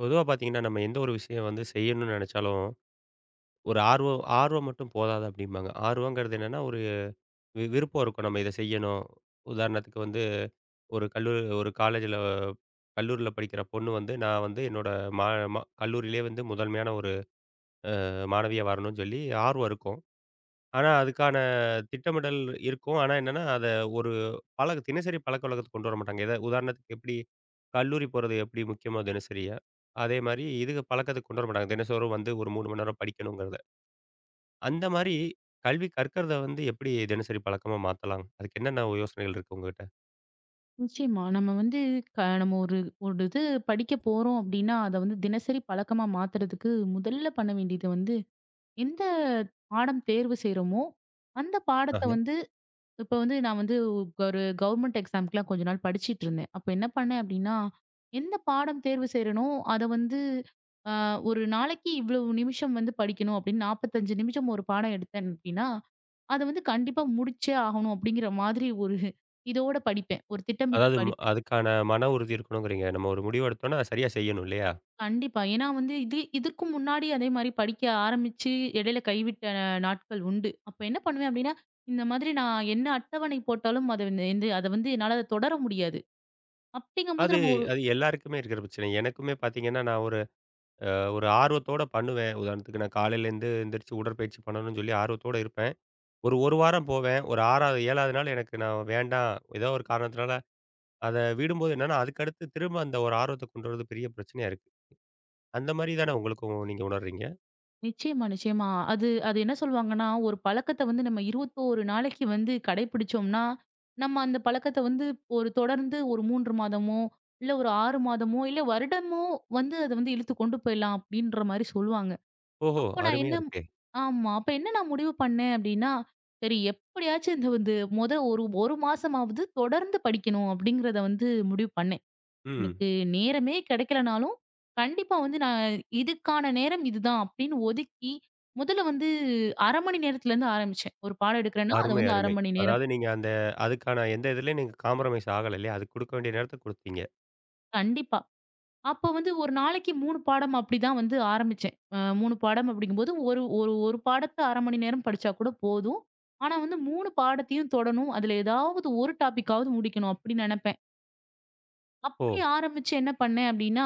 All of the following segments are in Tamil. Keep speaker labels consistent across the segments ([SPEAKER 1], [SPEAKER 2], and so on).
[SPEAKER 1] பொதுவா பார்த்தீங்கன்னா, நம்ம எந்த ஒரு விஷயம் வந்து செய்யணும்னு நெனச்சாலும், ஒரு ஆர்வம் ஆர்வம் மட்டும் போதாது அப்டிம்பாங்க. ஆர்வங்கிறது என்னன்னா, ஒரு விருப்பம் இருக்கும். நம்ம இத செய்யணும். உதாரணத்துக்கு வந்து ஒரு கல்லூரி ஒரு காலேஜ்ல கல்லூரில படிக்கிற பொண்ணு வந்து, நான் வந்து என்னோட மா ம கல்லூரியிலேயே வந்து முதன்மையான ஒரு மாணவியா வரணும்னு சொல்லி ஆர்வம் இருக்கும். ஆனா, அதுக்கான திட்டமிடல் இருக்கும். ஆனா என்னன்னா, அத ஒரு தினசரி பழக்கவழக்கத்துக்கு கொண்டு வர மாட்டாங்க. உதாரணத்துக்கு எப்படி கல்லூரி போறது எப்படி முக்கியமோ தினசரியா, அதே மாரி இதுக்கு பழக்கத்துக்கு கொண்டு வர மாட்டாங்க. தினசோறும் வந்து ஒரு 3 மணி நேரம் படிக்கணுங்கிறத. அந்த மாரி கல்வி கற்கறத வந்து எப்படி தினசரி பழக்கமா மாத்தலாம்? அதுக்கு என்னென்ன யோசனைகள் இருக்கு உங்ககிட்ட?
[SPEAKER 2] நிச்சயமா. நம்ம வந்து க நம்ம ஒரு ஒரு இது படிக்க போறோம் அப்படின்னா, அத வந்து தினசரி பழக்கமா மாத்துறதுக்கு முதல்ல பண்ண வேண்டியது வந்து, எந்த பாடம் தேர்வு செய்றோமோ, அந்த பாடத்த
[SPEAKER 1] ஆஹ.
[SPEAKER 2] வந்து இப்ப வந்து நான் வந்து ஒரு கவர்மெண்ட் எக்ஸாம்க்குலாம் கொஞ்ச நாள் படிச்சுட்டு இருந்தேன். அப்ப என்ன பண்ணேன் அப்படின்னா, எந்த பாடம் தேர்வு செய்றேனோ, அத வந்து அ ஒரு நாளைக்கு இவ்வளவு நிமிஷம் வந்து படிக்கணும் அப்படின்னு 45 நிமிஷம் ஒரு பாடம் எடுத்தேன் அப்படின்னா, அத வந்து கண்டிப்பா முடிச்சே ஆகணும் அப்படிங்கிற மாதிரி ஒரு இதோட படிப்பேன். ஒரு திட்டமிட்டு
[SPEAKER 1] அதாவது ம்
[SPEAKER 2] படிப்பேன்.
[SPEAKER 1] அதுக்கான மன உறுதி இருக்கணுங்கிறீங்க. நம்ம ஒரு முடிவு எடுத்தோம்னா, அதை சரியா செய்யணும் இல்லையா?
[SPEAKER 2] கண்டிப்பா. ஏன்னா வந்து இதுக்கு முன்னாடி அதே மாரி படிக்க ஆரம்பிச்சு இடையில கைவிட்ட நாட்கள் உண்டு. அப்ப என்ன பண்ணுவேன் அப்டின்னா, இந்த மாதிரி நான் என்ன அட்டவணை போட்டாலும் அத வந்து என்னால அதை தொடர முடியாது. அப்டிங்கும்போது
[SPEAKER 1] அது
[SPEAKER 2] நம்ம ஒரு-
[SPEAKER 1] அது எல்லாருக்குமே இருக்கிற பிரச்சனை. எனக்குமே பார்த்தீங்கன்னா, நான் ஒரு ஒரு ஆர்வத்தோட பண்ணுவேன். உதாரணத்துக்கு நான் காலையில எழுந்து எந்திரிச்சு உடற்பயிற்சி பண்ணணும்னு சொல்லி ஆர்வத்தோட இருப்பேன். ஒரு 1 வாரம் போவேன். ஒரு 6வது, 7வது நாள் எனக்கு நான் வேண்டாம். ஏதோ ஒரு காரணத்தினால அத விடும்போது என்னன்னா, அதுக்கடுத்து திரும்ப அந்த ஒரு ஆர்வத்த கொண்டு வரது பெரிய பிரச்சனையா இருக்கு. அந்த மாரி தானே உங்களுக்கும் நீங்க உணர்றீங்க?
[SPEAKER 2] நிச்சயமா, நிச்சயமா. அது அது என்ன சொல்வாங்கன்னா, ஒரு பழக்கத்த வந்து நம்ம 21 நாளைக்கு வந்து கடைபிடிச்சோம்னா, நம்ம அந்த பழக்கத்த வந்து ஒரு தொடர்ந்து ஒரு 3 மாதமோ, இல்ல ஒரு 6 மாதமோ, இல்ல வருடமோ வந்து அத வந்து இழுத்து கொண்டு போயிடலாம் அப்டின்ற மாரி சொல்லுவாங்க.
[SPEAKER 1] ஓஹோ!
[SPEAKER 2] அப்ப நான்
[SPEAKER 1] அருமையா
[SPEAKER 2] என்ன
[SPEAKER 1] இருக்கே!
[SPEAKER 2] ஆமா. அப்ப என்ன நான் முடிவு பண்ணேன் அப்டின்னா, சரி எப்படியாச்சும் இந்த வந்து ஒரு 1 மாசமாவது தொடர்ந்து படிக்கணும் அப்படிங்கிறத வந்து முடிவு பண்ணேன்.
[SPEAKER 1] ம்.
[SPEAKER 2] எனக்கு நேரமே கிடைக்கலனாலும், கண்டிப்பா வந்து நான் இதுக்கான நேரம் இதுதான் அப்படின்னு ஒதுக்கி, முதல்ல வந்து 1/2 மணி நேரத்துலருந்து ஆரம்பிச்சேன். ஒரு பாடம் எடுக்கிறேன்னா, அத
[SPEAKER 1] அருமை,
[SPEAKER 2] வந்து 1/2
[SPEAKER 1] அருமை.
[SPEAKER 2] மணி நேரம்.
[SPEAKER 1] அதாவது நீங்க அந்த அதுக்கான எந்த இதுலயும் நீங்க காம்ப்ரமைஸ் ஆகல இல்லையா? அதுக்கு குடுக்க வேண்டிய நேரத்த குடுத்தீங்க.
[SPEAKER 2] கண்டிப்பா. அப்ப வந்து ஒரு நாளைக்கு 3 பாடம் அப்படிதான் வந்து ஆரம்பிச்சேன். 3 பாடம் அப்படிங்கும்போது, ஒரு ஒரு ஒரு பாடத்த 1/2 மணி நேரம் படிச்சா கூட போதும். ஆனா வந்து 3 பாடத்தையும் தொடணும். அதுல ஏதாவது ஒரு டாபிக்காவது முடிக்கணும் அப்படி நெனப்பேன்.
[SPEAKER 1] ஓ!
[SPEAKER 2] அப்படி ஆரம்பிச்சு என்ன பண்ணேன் அப்படின்னா,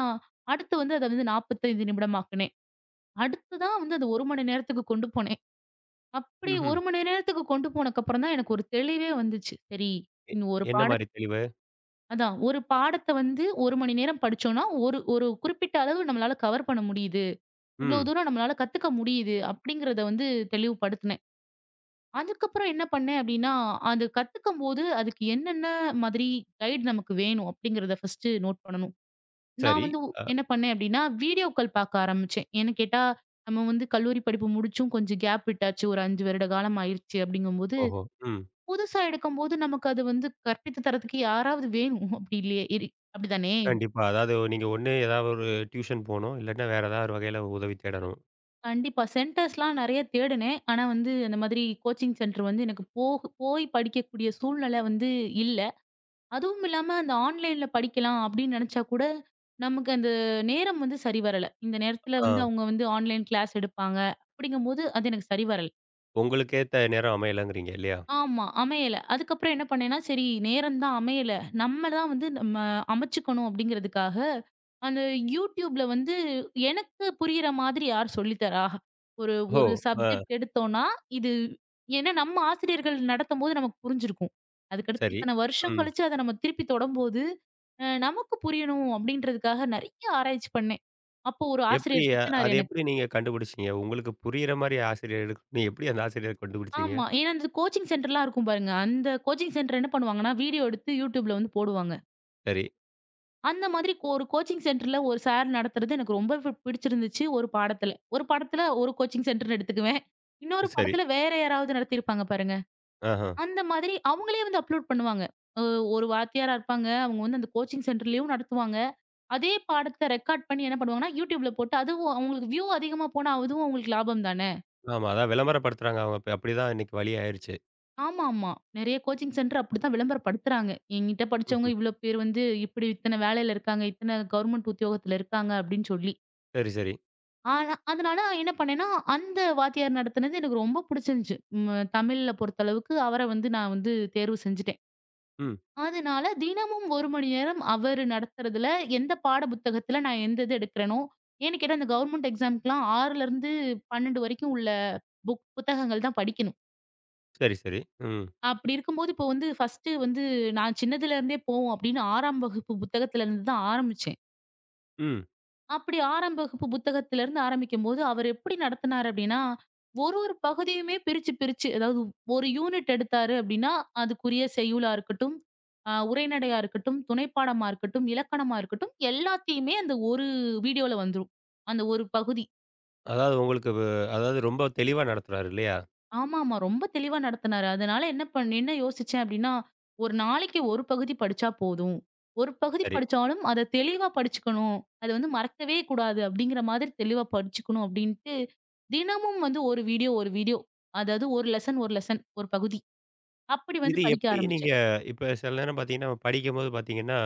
[SPEAKER 2] அடுத்து வந்து அத வந்து 45 நிமிடமாக்குனேன். அடுத்து தான் வந்து அது 1 மணி நேரத்துக்கு கொண்டு போனேன். அப்படி
[SPEAKER 1] ம்ஹ்ம்.
[SPEAKER 2] 1 மணி நேரத்துக்கு கொண்டு போனக்கப்புறம் தான் எனக்கு ஒரு தெளிவே வந்துச்சு. சரி,
[SPEAKER 1] எ
[SPEAKER 2] இந்த ஒரு
[SPEAKER 1] என்ன மாரி
[SPEAKER 2] பாடத்
[SPEAKER 1] தெளிவு?
[SPEAKER 2] அதான் ஒரு பாடத்த வந்து 1 மணி நேரம் படிச்சோம்னா, ஒரு ஒரு குறிப்பிட்ட அளவு நம்மளால கவர் பண்ண முடியுது. இவ்ளோ
[SPEAKER 1] ம்.
[SPEAKER 2] தூரம் நம்மளால கத்துக்க முடியுது அப்படிங்கிறத வந்து தெளிவுபடுத்துனேன். அதுக்கப்புறம் என்ன பண்ணேன் அப்படின்னா, அது கத்துக்கும்போது அதுக்கு என்னென்ன மாதிரி கைடு நமக்கு வேணும் அப்படிங்கிறத ஃபர்ஸ்ட்டு நோட் பண்ணணும். நான்
[SPEAKER 1] சரி.
[SPEAKER 2] வந்து
[SPEAKER 1] அ
[SPEAKER 2] என்ன பண்ணேன் அப்படின்னா, வீடியோக்கள் பார்க்க ஆரம்பிச்சேன். ஏன்னு கேட்டா, நம்ம வந்து கல்லூரி படிப்பு முடிச்சும் கொஞ்சம் கேப் விட்டாச்சு. ஒரு 5 வருட காலம் ஆயிருச்சு அப்படிங்கும்போது,
[SPEAKER 1] ஓஹோ! ம்.
[SPEAKER 2] புதுசா எடுக்கும்போது நமக்கு அது வந்து கற்பித்து தரதுக்கு யாராவது வேணும். அப்படி இல்லையே இரு அப்படிதானே?
[SPEAKER 1] கண்டிப்பா. அதாவது நீங்க ஒண்ணு ஏதாவது ஒரு டியூஷன் போணும். இல்லாட்டா வேற ஏதாவது ஒரு வகையில உதவி தேடணும்.
[SPEAKER 2] கண்டிப்பா. சென்டர்ஸ்லாம் நெறைய தேடுனேன். ஆனா வந்து அந்த மாதிரி கோச்சிங் சென்டர் வந்து எனக்கு போய் படிக்கக்கூடிய சூழ்நிலை வந்து இல்ல. அதுவும் இல்லாம அந்த ஆன்லைன்ல படிக்கலாம் அப்படின்னு நெனச்சா கூட, நமக்கு அந்த நேரம் வந்து சரி வரல. இந்த நேரத்துல
[SPEAKER 1] ஆ
[SPEAKER 2] வந்து அவங்க வந்து ஆன்லைன் கிளாஸ் எடுப்பாங்க. அப்படிங்கும்போது அது எனக்கு சரி வரல.
[SPEAKER 1] உங்களுக்கு ஏத்த நேரம் அமையலங்கிறீங்க இல்லையா?
[SPEAKER 2] ஆமா. அமையல. அதுக்கப்புறம் என்ன பண்ணேன்னா, சரி நேரம் தான் அமையல. நம்ம தான் வந்து நம்ம அமைச்சுக்கணும் அப்படிங்கிறதுக்காக, அந்த YouTubeல வந்து எனக்கு புரியிற மாதிரி யார் சொல்லி தரா? ஒரு
[SPEAKER 1] ஓ!
[SPEAKER 2] ஒரு
[SPEAKER 1] ஆ
[SPEAKER 2] சப்ஜெக்ட் எடுத்தோம்னா, இது ஏன்னா நம்ம ஆசிரியர்கள் நடத்தும்போது நமக்கு புரிஞ்சிருக்கும். அதுக்கடுத்து
[SPEAKER 1] சரி.
[SPEAKER 2] இத்தன வருஷம்
[SPEAKER 1] ம்.
[SPEAKER 2] கழிச்சு அத நம்ம திருப்பி தொடம்போது, நமக்கு புரியணும் அப்படின்றதுக்காக நெறைய ஆராய்ச்சி பண்ணேன். அப்போ ஒரு
[SPEAKER 1] எப்படி
[SPEAKER 2] ஆசிரியர்
[SPEAKER 1] அ,
[SPEAKER 2] சிக்கினாரு
[SPEAKER 1] அது
[SPEAKER 2] எனக்கு.
[SPEAKER 1] எப்படி நீங்க கண்டுபிடிச்சீங்க? உங்களுக்கு புரியிற மாரி ஆசிரியர் நீங்க எப்படி அந்த ஆசிரியர கண்டுபிடிச்சீங்க?
[SPEAKER 2] ஆமா. ஏன்னா அந்த கோச்சிங் சென்டர்லாம் இருக்கும் பாருங்க. அந்த கோச்சிங் சென்டர் என்ன பண்ணுவாங்கன்னா, வீடியோ எடுத்து YouTubeல வந்து போடுவாங்க.
[SPEAKER 1] சரி,
[SPEAKER 2] அந்த மாதிரி ஒரு கோச்சிங் சென்டர்ல ஒரு சார் நடத்துறது எனக்கு ரொம்ப பிடிச்சிருந்துச்சு ஒரு பாடத்துல. ஒரு பாடத்துல ஒரு கோச்சிங் சென்டர்ன்னு எடுத்துக்குவேன். இன்னொரு
[SPEAKER 1] சரி.
[SPEAKER 2] பாடத்துல வேற யாராவது நடத்தியிருப்பாங்க பாருங்க.
[SPEAKER 1] ஆஹா.
[SPEAKER 2] அந்த மாதிரி அவங்களே வந்து அப்லோட் பண்ணுவாங்க. அ ஒரு வாத்தியாரா இருப்பாங்க. அவங்க வந்து அந்த கோச்சிங் சென்டர்லயும் நடத்துவாங்க. அதே பாடத்த ரெக்கார்ட் பண்ணி என்ன பண்ணுவாங்கன்னா, YouTubeல போட்டு அதுவும் அவங்களுக்கு வியூ அதிகமா போனா அதுவும் அவங்களுக்கு லாபம் தான.
[SPEAKER 1] ஆமா. அதான் விளம்பரப்படுத்துறாங்க அவங்க இப்ப அப்படிதான் இன்னைக்கு வழி ஆயிருச்சு.
[SPEAKER 2] ஆமாமா. நெறைய கோச்சிங் சென்டர் அப்படித்தான் விளம்பரப்படுத்துறாங்க. என்கிட்ட படிச்சவங்க
[SPEAKER 1] ம்ஹ்ம்.
[SPEAKER 2] இவ்ளோ பேர் வந்து இப்படி இத்தன வேலையில இருக்காங்க, இத்தன கவர்மெண்ட் உத்தியோகத்துல இருக்காங்க அப்படின்னு சொல்லி.
[SPEAKER 1] சரி, சரி.
[SPEAKER 2] ஆனா அதனால என்ன பண்ணேன்னா, அந்த வாத்தியார் நடத்துனது எனக்கு ரொம்ப புடிச்சிருந்துச்சு. ம் தமிழ்ல பொறுத்தளவுக்கு அவர வந்து நான் வந்து தேர்வு செஞ்சுட்டேன்.
[SPEAKER 1] ம்.
[SPEAKER 2] அதனால தினமும் 1 மணி நேரம் அவரு நடத்துறதுல எந்த பாட புத்தகத்துல நான் எந்த இது எடுக்கிறேனோ, ஏன்னு கேட்டா அந்த கவர்மெண்ட் எக்ஸாம்க்குலாம் 6லருந்து 12 வரைக்கும் உள்ள புத்தகங்கள் தான் படிக்கணும்.
[SPEAKER 1] சரி, சரி. ம்.
[SPEAKER 2] அப்படி இருக்கும்போது, இப்போ வந்து ஃபர்ஸ்ட்டு வந்து நான் சின்னதுலேருந்தே போவோம் அப்படின்னு 6ஆம் வகுப்பு புத்தகத்துலருந்து தான் ஆரம்பிச்சேன்.
[SPEAKER 1] ம்.
[SPEAKER 2] அப்படி 6ஆம் வகுப்பு புத்தகத்துலருந்து ஆரம்பிக்கும்போது, அவர் எப்படி நடத்துனாரு அப்படின்னா, ஒரு ஒரு பகுதியுமே பிரிச்சு பிரிச்சு அதாவது ஒரு யூனிட் எடுத்தாரு அப்படின்னா, அதுக்குரிய செய்யுளா இருக்கட்டும், உரைநடையா இருக்கட்டும், துணைப்பாடமா இருக்கட்டும், இலக்கணமா இருக்கட்டும், எல்லாத்தையுமே அந்த ஒரு வீடியோல வந்துரும். அந்த ஒரு பகுதி.
[SPEAKER 1] அதாவது உங்களுக்கு வ அதாவது ரொம்ப தெளிவா நடத்துறாரு இல்லையா?
[SPEAKER 2] ஆமாமா. ரொம்ப தெளிவா நடத்துனாரு. அதனால என்ன யோசிச்சேன் அப்டின்னா, ஒரு நாளைக்கு ஒரு பகுதி படிச்சா போதும். ஒரு பகுதி
[SPEAKER 1] சரி.
[SPEAKER 2] படிச்சாலும் அத தெளிவா படிச்சுக்கணும். அத வந்து மறக்கவே கூடாது அப்டிங்கிற மாதிரி தெளிவா படிச்சுக்கணும் அப்டின்ட்டு, தினமும் வந்து ஒரு வீடியோ, ஒரு வீடியோ. அதாவது ஒரு லெசன், ஒரு லெசன், ஒரு பகுதி. அப்டி வந்து
[SPEAKER 1] இது
[SPEAKER 2] படிக்க
[SPEAKER 1] எப்படி நீங்க
[SPEAKER 2] ஆரம்பிச்சேன்.
[SPEAKER 1] இப்ப சில நேரம் பார்த்தீங்கன்னா, நம்ம படிக்கும்போது பார்த்தீங்கன்னா,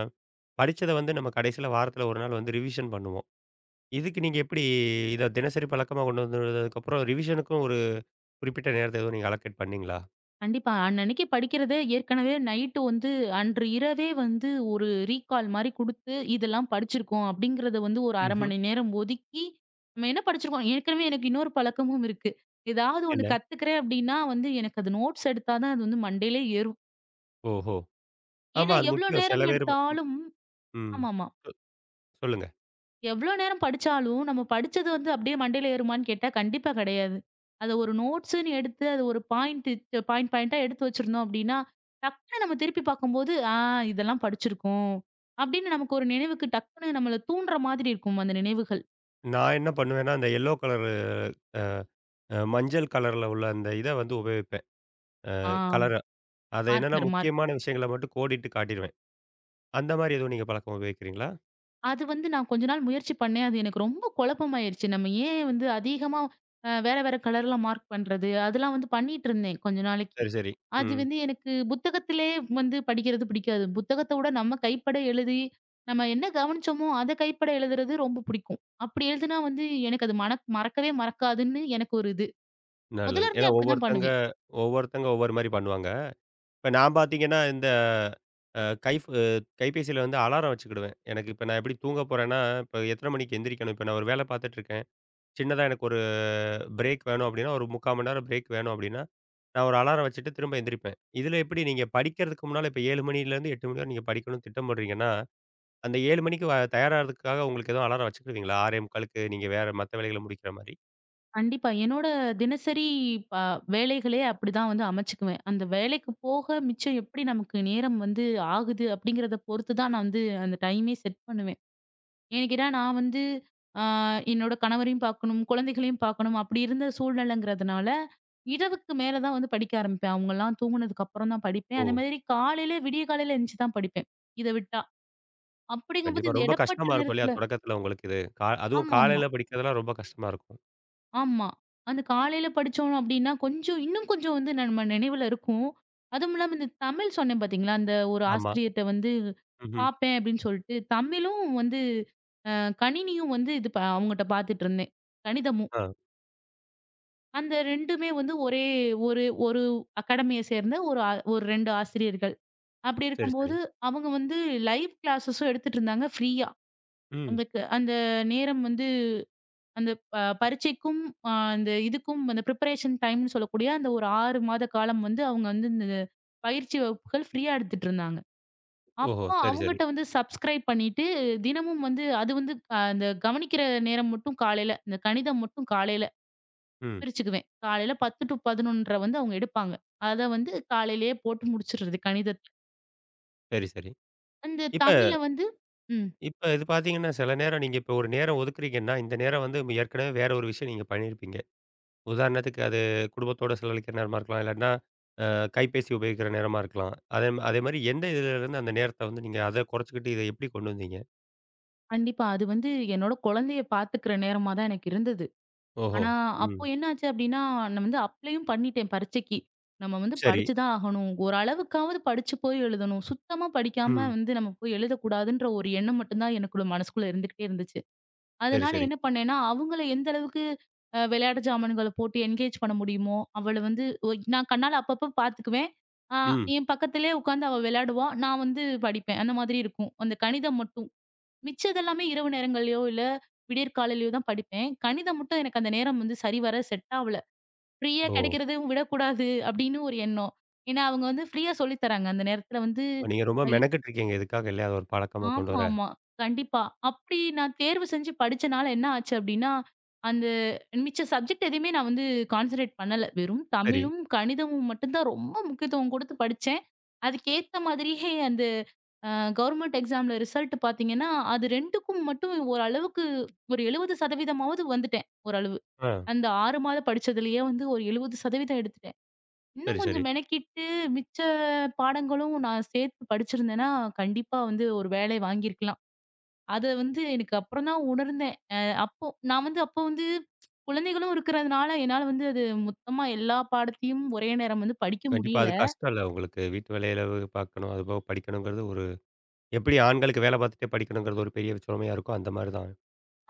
[SPEAKER 1] படிச்சத வந்து நம்ம கடைசியில வாரத்தில ஒரு நாள் வந்து ரிவிஷன் பண்ணுவோம். இதுக்கு நீங்க எப்படி இத தினசரி பழக்கமா கொண்டு வந்ததுக்கப்புறம் ரிவிஷனுக்கும் ஒரு குறிப்பிட்ட நேரத்த எதுவும் நீங்க அலோகேட் பண்ணீங்களா?
[SPEAKER 2] கண்டிப்பா. அன்னன்னைக்கு படிக்கிறத ஏற்கனவே நைட்டு வந்து அன்று இரவே வந்து ஒரு ரீகால் மாரி குடுத்து, இதெல்லாம் படிச்சிருக்கோம் அப்படிங்கிறத வந்து ஒரு 1/2
[SPEAKER 1] ம்ஹ்ம்.
[SPEAKER 2] மணி நேரம் ஒதுக்கி, நம்ம என்ன படிச்சிருக்கோம்? ஏற்கனவே எனக்கு இன்னொரு பழக்கமும் இருக்கு. ஏதாவது ஒண்ணு
[SPEAKER 1] இல்ல.
[SPEAKER 2] கத்துக்கிறேன் அப்படின்னா வந்து எனக்கு அது நோட்ஸ் எடுத்தா தான் அது வந்து மண்டையிலே ஏறும்.
[SPEAKER 1] ஓஹோ! ஆமா.
[SPEAKER 2] ஏன்னா
[SPEAKER 1] அது
[SPEAKER 2] எவ்வளோ
[SPEAKER 1] முக்கியம். சில
[SPEAKER 2] நேரம்
[SPEAKER 1] பேர் ப-
[SPEAKER 2] எடுத்தாலும்
[SPEAKER 1] ம்.
[SPEAKER 2] ஆமாமா.
[SPEAKER 1] சொல்லுங்க.
[SPEAKER 2] எவ்வளோ நேரம் படிச்சாலும், நம்ம படிச்சது வந்து அப்படியே மண்டையில ஏறுமான்னு கேட்டா, கண்டிப்பா கிடையாது. அத ஒரு நோட்ஸ்ன்னு எடுத்து, அது ஒரு பாயிண்ட் பாயிண்ட் பாயிண்ட்டா எடுத்து வச்சிருந்தோம் அப்படின்னா, டக்குனு நம்ம திருப்பி பார்க்கும்போது, ஆ இதெல்லாம் படிச்சிருக்கோம். அப்படின்னு நமக்கு ஒரு நினைவுக்கு டக்குனு நம்மள தூண்டுற மாதிரி இருக்கும் அந்த நினைவுகள்.
[SPEAKER 1] நான் என்ன பண்ணுவேன்னா, அந்த எல்லோ கலரு அ அ மஞ்சள் கலர்ல உள்ள அந்த இத வந்து உபயோகிப்பேன்.
[SPEAKER 2] ஆ
[SPEAKER 1] கலர. அத என்னன்னா
[SPEAKER 2] மார்க்கர்,
[SPEAKER 1] முக்கியமான
[SPEAKER 2] மார்க்கர்.
[SPEAKER 1] விஷயங்கள மட்டும் கோடிட்டு காட்டிருவேன். அந்த மாரி எதுவும் நீங்க பழக்கம் உபயோகிக்கிறீங்களா?
[SPEAKER 2] அது வந்து நான் கொஞ்ச நாள் முயற்சி பண்ணேன். அது எனக்கு ரொம்ப குழப்பமாயிருச்சு. நம்ம ஏன் வந்து அதிகமா வேற வேற கலர்ல மார்க் பண்றது? அதெல்லாம் வந்து பண்ணிட்டு இருந்தேன் கொஞ்ச நாளைக்கு.
[SPEAKER 1] சரி, சரி.
[SPEAKER 2] அது
[SPEAKER 1] ம்.
[SPEAKER 2] வந்து எனக்கு புத்தகத்திலே வந்து படிக்கிறது பிடிக்காது. புத்தகத்த விட நம்ம கைப்பட எழுதி, நம்ம என்ன கவனிச்சோமோ, அத கைப்பட எழுதுறது ரொம்ப பிடிக்கும். அப்படி எழுதுனா வந்து எனக்கு அது மறக்கவே மறக்காதுன்னு எனக்கு ஒரு இது.
[SPEAKER 1] நல்லது.
[SPEAKER 2] முதல்ல
[SPEAKER 1] ஏன்னா
[SPEAKER 2] இருந்தே அப்படிதான்
[SPEAKER 1] ஒவ்வொருத்தங்க
[SPEAKER 2] பண்ணுவேன்.
[SPEAKER 1] ஒவ்வொருத்தங்க ஒவ்வொரு மாரி பண்ணுவாங்க. இப்ப நான் பார்த்தீங்கன்னா, இந்த அ கைபேசியில வந்து அலாரம் வச்சுக்கிடுவேன். எனக்கு இப்ப நான் எப்படி தூங்க போறேன்னா, இப்ப எத்தன மணிக்கு எந்திரிக்கணும்? இப்ப நான் ஒரு வேலை பார்த்துட்டு இருக்கேன். சின்னதா எனக்கு ஒரு பிரேக் வேணும் அப்படின்னா, ஒரு 3/4 மணி நேரம் பிரேக் வேணும் அப்படின்னா, நான் ஒரு அலாரம் வச்சுட்டு திரும்ப எந்திரிப்பேன். இதில எப்படி நீங்க படிக்கிறதுக்கு முன்னால இப்ப 7 மணிலேருந்து 8 மணி வரை நீங்க படிக்கணும்னு திட்டம் போடுறீங்கன்னா, அந்த 7 மணிக்கு வ தயாராகறதுக்காக உங்களுக்கு எதுவும் அலாரம் வச்சுக்கிடுவீங்களா? 6:45க்கு நீங்க வேற மத்த வேலைகள முடிக்கிற மாரி?
[SPEAKER 2] கண்டிப்பா. என்னோட தினசரி ப வேலைகளே அப்படிதான் வந்து அமைச்சுக்குவேன். அந்த வேலைக்கு போக மிச்சம் எப்படி நமக்கு நேரம் வந்து ஆகுது அப்படிங்கிறத பொறுத்து தான் நான் வந்து அந்த டைமே செட் பண்ணுவேன். ஏன்னு கேட்டா, நான் வந்து ஆ என்னோட கணவரையும் பார்க்கணும், குழந்தைகளையும் பார்க்கணும் அப்படி இருந்த சூழ்நிலைங்கிறதுனால, இரவுக்கு மேல தான் வந்து படிக்க ஆரம்பிப்பேன். அவங்கலாம் தூங்குனதுக்கு அப்புறம் தான் படிப்பேன்.
[SPEAKER 1] ஓ!
[SPEAKER 2] அதே மாதிரி காலையில எந்திச்சு தான் படிப்பேன். இத விட்டா. அப்படிங்கும்போது
[SPEAKER 1] கண்டிப்பா.
[SPEAKER 2] இந்த
[SPEAKER 1] ரொம்ப
[SPEAKER 2] இடைப்பட்ட
[SPEAKER 1] கஷ்டமா இருக்கும் இல்லையா?
[SPEAKER 2] நேரத்துல
[SPEAKER 1] தொடக்கத்துல உங்களுக்கு இது. கா அதுவும்
[SPEAKER 2] ஆமாமா, ஆமா.
[SPEAKER 1] காலையில படிக்கிறதெல்லாம் ரொம்ப கஷ்டமா இருக்கும்.
[SPEAKER 2] ஆமா அந்த காலையில படிச்சோம் அப்படின்னா, கொஞ்சம் இன்னும் கொஞ்சம் வந்து நம்ம நினைவுல இருக்கும். அதுவும் இல்லாம இந்த தமிழ் சொன்னேன் பார்த்தீங்களா, அந்த ஒரு
[SPEAKER 1] ஆமா.
[SPEAKER 2] ஆசிரியர்ட்ட வந்து
[SPEAKER 1] ம்ஹ்ம்.
[SPEAKER 2] பார்ப்பேன் அப்படின்னு சொல்லிட்டு, தமிழும் வந்து அ கணினியும் வந்து இது ப அவங்கட்ட பார்த்துட்டு இருந்தேன். கணிதமும்.
[SPEAKER 1] ஆ.
[SPEAKER 2] அந்த 2மே வந்து ஒரே ஒரு ஒரு அகாடமிய சேர்ந்த ஒரு ஒரு 2 ஆசிரியர்கள். அப்படி
[SPEAKER 1] சரி, சரி.
[SPEAKER 2] இருக்கும்போது, அவங்க வந்து லைவ் கிளாஸஸும் எடுத்துட்டு இருந்தாங்க ஃப்ரீயா.
[SPEAKER 1] ம்.
[SPEAKER 2] அந்த நேரம் வந்து அந்த ப பரீட்சைக்கும், அந்த இதுக்கும் அந்த பிரிப்பரேஷன் டைம்ன்னு சொல்லக்கூடிய அந்த ஒரு 6 மாத காலம் வந்து அவங்க வந்து இந்த பயிற்சி வகுப்புகள் ஃப்ரீயா எடுத்துட்டு இருந்தாங்க.
[SPEAKER 1] ஓஹோ!
[SPEAKER 2] அப்போ
[SPEAKER 1] சரி, சரி.
[SPEAKER 2] அவங்கட்ட வந்து சப்ஸ்கிரைப் பண்ணிட்டு, தினமும் வந்து அது வந்து அந்த கவனிக்கிற நேரம் மட்டும் காலையில, இந்த கணிதம் மட்டும் காலையில
[SPEAKER 1] ம்.
[SPEAKER 2] பிரிச்சுக்குவேன். காலையில 10 டூ 11:30 வந்து அவங்க எடுப்பாங்க. அத வந்து காலையிலேயே போட்டு முடிச்சுடுறது கணிதத்த.
[SPEAKER 1] சரி, சரி.
[SPEAKER 2] அந்த
[SPEAKER 1] இப்ப
[SPEAKER 2] தமிழ வந்து ம்.
[SPEAKER 1] இப்ப இது பார்த்தீங்கன்னா, சில நேரம் நீங்க இப்ப ஒரு நேரம் ஒதுக்குறீங்கன்னா, இந்த நேரம் வந்து ஏற்கனவே வேற ஒரு விஷயம் நீங்க பண்ணியிருப்பீங்க. உதாரணத்துக்கு அது குடும்பத்தோட செலவழிக்கிற நேரமா இருக்கலாம். இல்லாட்டினா அ கைபேசி உபயோகிக்கிற நேரமா இருக்கலாம். அதே அதே மாரி எந்த இதுலருந்து அந்த நேரத்த வந்து நீங்க அத குறைச்சுக்கிட்டு இத எப்படி கொண்டு வந்தீங்க?
[SPEAKER 2] கண்டிப்பா. அது வந்து என்னோட குழந்தைய பார்த்துக்கிற நேரமா தான் எனக்கு இருந்தது.
[SPEAKER 1] ஓஹோ!
[SPEAKER 2] ஆனா,
[SPEAKER 1] ம்.
[SPEAKER 2] அப்போ என்னாச்சு அப்டின்னா, நான் வந்து அப்ளையும் பண்ணிட்டேன் பரீட்சைக்கு. நம்ம வந்து
[SPEAKER 1] சரி.
[SPEAKER 2] படிச்சு தான் ஆகணும். ஓரளவுக்காவது படிச்சு போய் எழுதணும். சுத்தமா படிக்காம
[SPEAKER 1] ம்.
[SPEAKER 2] வந்து நம்ம போய் எழுதக்கூடாதுன்ற ஒரு எண்ணம் மட்டும் தான் எனக்குள்ள மனசுக்குள்ள இருந்துகிட்டே இருந்துச்சு.
[SPEAKER 1] சரி,
[SPEAKER 2] அதனால
[SPEAKER 1] சரி.
[SPEAKER 2] என்ன பண்ணேன்னா, அவங்கள எந்த அளவுக்கு விளையாட்டு ஜாமான்கள போட்டு என்கேஜ் பண்ண முடியுமோ, அவள வந்து நான் கண்ணால அப்பப்ப பார்த்துக்குவேன். ஆ
[SPEAKER 1] ம்.
[SPEAKER 2] என் பக்கத்திலேயே உட்காந்து அவ விளையாடுவா. நான் வந்து படிப்பேன். அந்த மாதிரி இருக்கும். அந்த கணிதம் மட்டும். மிச்சதெல்லாமே இரவு நேரங்கள்லயோ, இல்ல விடியற் காலையிலயோ தான் படிப்பேன். கணிதம் மட்டும் எனக்கு அந்த நேரம் வந்து சரிவர செட் ஆவல. ஃப்ரீயா
[SPEAKER 1] ஓ!
[SPEAKER 2] கிடைக்கிறதையும் விடக்கூடாது அப்படின்னு ஒரு எண்ணம். ஏன்னா, அவங்க வந்து ஃப்ரீயா சொல்லி தராங்க. அந்த நேரத்தில வந்து
[SPEAKER 1] நீங்க ரொம்ப மெனக்கெட்டுருக்கீங்க இதுக்காக இல்லையா? அத ஒரு பழக்கமா கொண்டு வர.
[SPEAKER 2] ஆமாமா. கண்டிப்பா. அப்படி நான் தேர்வு செஞ்சு படிச்சனால என்ன ஆச்சு அப்படின்னா, அந்த மிச்ச சப்ஜெக்ட் எதையுமே நான் வந்து கான்சன்ட்ரேட் பண்ணல. வெறும்
[SPEAKER 1] சரி.
[SPEAKER 2] தமிழும், கணிதமும் மட்டும் தான் ரொம்ப முக்கியத்துவம் குடுத்து படிச்சேன். அதுக்கேத்த மாதிரியே அந்த அ கவர்மெண்ட் எக்ஸாம்ல ரிசல்ட் பார்த்தீங்கன்னா, அது 2க்கும் மட்டும் ஓரளவுக்கு ஒரு 70% வந்துட்டேன் ஓரளவு.
[SPEAKER 1] ஆ.
[SPEAKER 2] அந்த 6 மாதம் படிச்சதுலயே வந்து ஒரு 70% எடுத்துட்டேன்.
[SPEAKER 1] சரி,
[SPEAKER 2] இன்னும்
[SPEAKER 1] சரி.
[SPEAKER 2] கொஞ்சம் மெனக்கிட்டு மிச்ச பாடங்களும் நான் சேர்த்து படிச்சிருந்தேன்னா, கண்டிப்பா வந்து ஒரு வேலை வாங்கியிருக்கலாம். அத வந்து எனக்கு அப்புறம் தான் உணர்ந்தேன். அப்போ நான் வந்து குழந்தைகளும் இருக்கிறதுனால, என்னால வந்து அது மொத்தமா எல்லா பாடத்தையும் ஒரே நேரம் வந்து படிக்க
[SPEAKER 1] கண்டிப்பா
[SPEAKER 2] முடியல.
[SPEAKER 1] அது கஷ்டம் இல்ல உங்களுக்கு. வீட்டு வேலையில பார்க்கணும், அதுபோக படிக்கணுங்கிறது ஒரு எப்படி ஆண்களுக்கு வேலை பார்த்துட்டே படிக்கணுங்கிறது ஒரு பெரிய சுமையா இருக்கோ, அந்த மாரி தான்.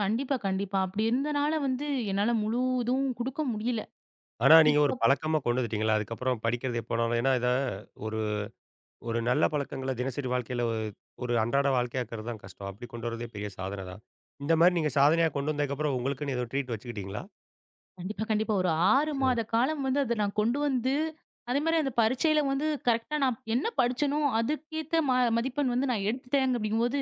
[SPEAKER 2] கண்டிப்பா, கண்டிப்பா. அப்படி இருந்தனால வந்து என்னால முழு இதுவும் குடுக்க முடியல.
[SPEAKER 1] ஆனா நீங்க ஒரு
[SPEAKER 2] இதுக்கு
[SPEAKER 1] பழக்கமா கொண்டு வந்துட்டீங்கல்ல, அதுக்கப்புறம் படிக்கிறது எப்போனாலும் ஏன்னா இத ஒரு ஒரு நல்ல பழக்கங்கள தினசரி வாழ்க்கையில ஒரு ஒரு அன்றாட வாழ்க்கையாக்குறது தான் கஷ்டம். அப்படி கொண்டு வரதே பெரிய சாதனை தான். இந்த மாரி நீங்க சாதனையா கொண்டு வந்ததுக்கப்புறம் உங்களுக்குன்னு எதுவும் ட்ரீட் வச்சுக்கிட்டீங்களா?
[SPEAKER 2] கண்டிப்பா, கண்டிப்பா. ஒரு 6 மாத காலம் வந்து அத நான் கொண்டு வந்து, அதேமாரி அந்த பரீட்சையில வந்து கரெக்ட்டா நான் என்ன படிச்சேனோ, அதுக்கேத்த மதிப்பெண் வந்து நான் எடுத்துட்டேங்க அப்படிங்கும்போது,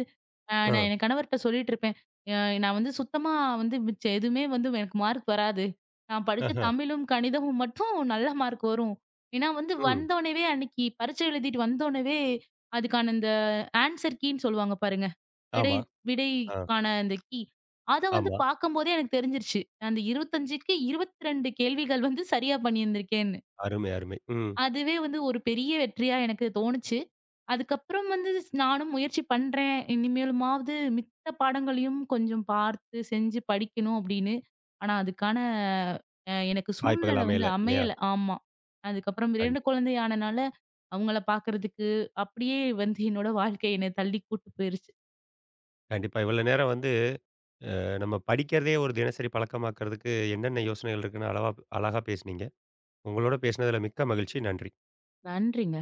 [SPEAKER 1] ஆ.
[SPEAKER 2] நான் என் கணவர்ட்ட சொல்லிட்டுருப்பேன். அ நான் வந்து சுத்தமா வந்து மிச்ச எதுவுமே வந்து எனக்கு மார்க் வராது. நான் படிச்ச
[SPEAKER 1] ஆஹ.
[SPEAKER 2] தமிழும், கணிதமும் மட்டும் நல்ல மார்க் வரும். ஏன்னா வந்து
[SPEAKER 1] ம்.
[SPEAKER 2] வந்தோனவே அன்னைக்கு பரீட்சை எழுதிட்டு வந்தோனவே, அதுக்கான இந்த ஆன்சர் கீன்னு சொல்லுவாங்க பாருங்க. விடை
[SPEAKER 1] ஆமா. ஆ.
[SPEAKER 2] விடைக்கான அந்த கீ. அத வந்து
[SPEAKER 1] ஆமா.
[SPEAKER 2] பார்க்கும்போதே எனக்கு தெரிஞ்சிருச்சு. அந்த 25க்கு 22 கேள்விகள் வந்து சரியா பண்ணியிருந்திருக்கேன்னு.
[SPEAKER 1] அருமை, அருமை. ம்.
[SPEAKER 2] அதுவே வந்து ஒரு பெரிய வெற்றியா எனக்கு தோணுச்சு. அதுக்கப்புறம் வந்து நானும் முயற்சி பண்றேன். இனிமேலுமாவது மித்த பாடங்களையும் கொஞ்சம் பார்த்து செஞ்சு படிக்கணும் அப்படின்னு. ஆனா அதுக்கான எனக்கு
[SPEAKER 1] வாய்ப்புகள்
[SPEAKER 2] சூழ்நிலை வந்து
[SPEAKER 1] அமையல இல்லையா?
[SPEAKER 2] அமையல. ஆமா. அதுக்கப்புறம் 2
[SPEAKER 1] கண்டிப்பா,
[SPEAKER 2] குழந்தை ஆனனால, அவங்கள பார்க்கறதுக்கு அப்படியே வந்து என்னோட வாழ்க்கை என்னை தள்ளி கூட்டு போயிருச்சு.
[SPEAKER 1] கண்டிப்பா. இவ்வளோ நேரம் வந்து நம்ம படிக்கிறதே ஒரு தினசரி பழக்கமாக்கிறதுக்கு என்னென்ன யோசனைகள் இருக்குன்னு அளவா அழகா பேசுனீங்க. உங்களோட பேசினதில மிக்க மகிழ்ச்சி. நன்றி.
[SPEAKER 2] நன்றிங்க.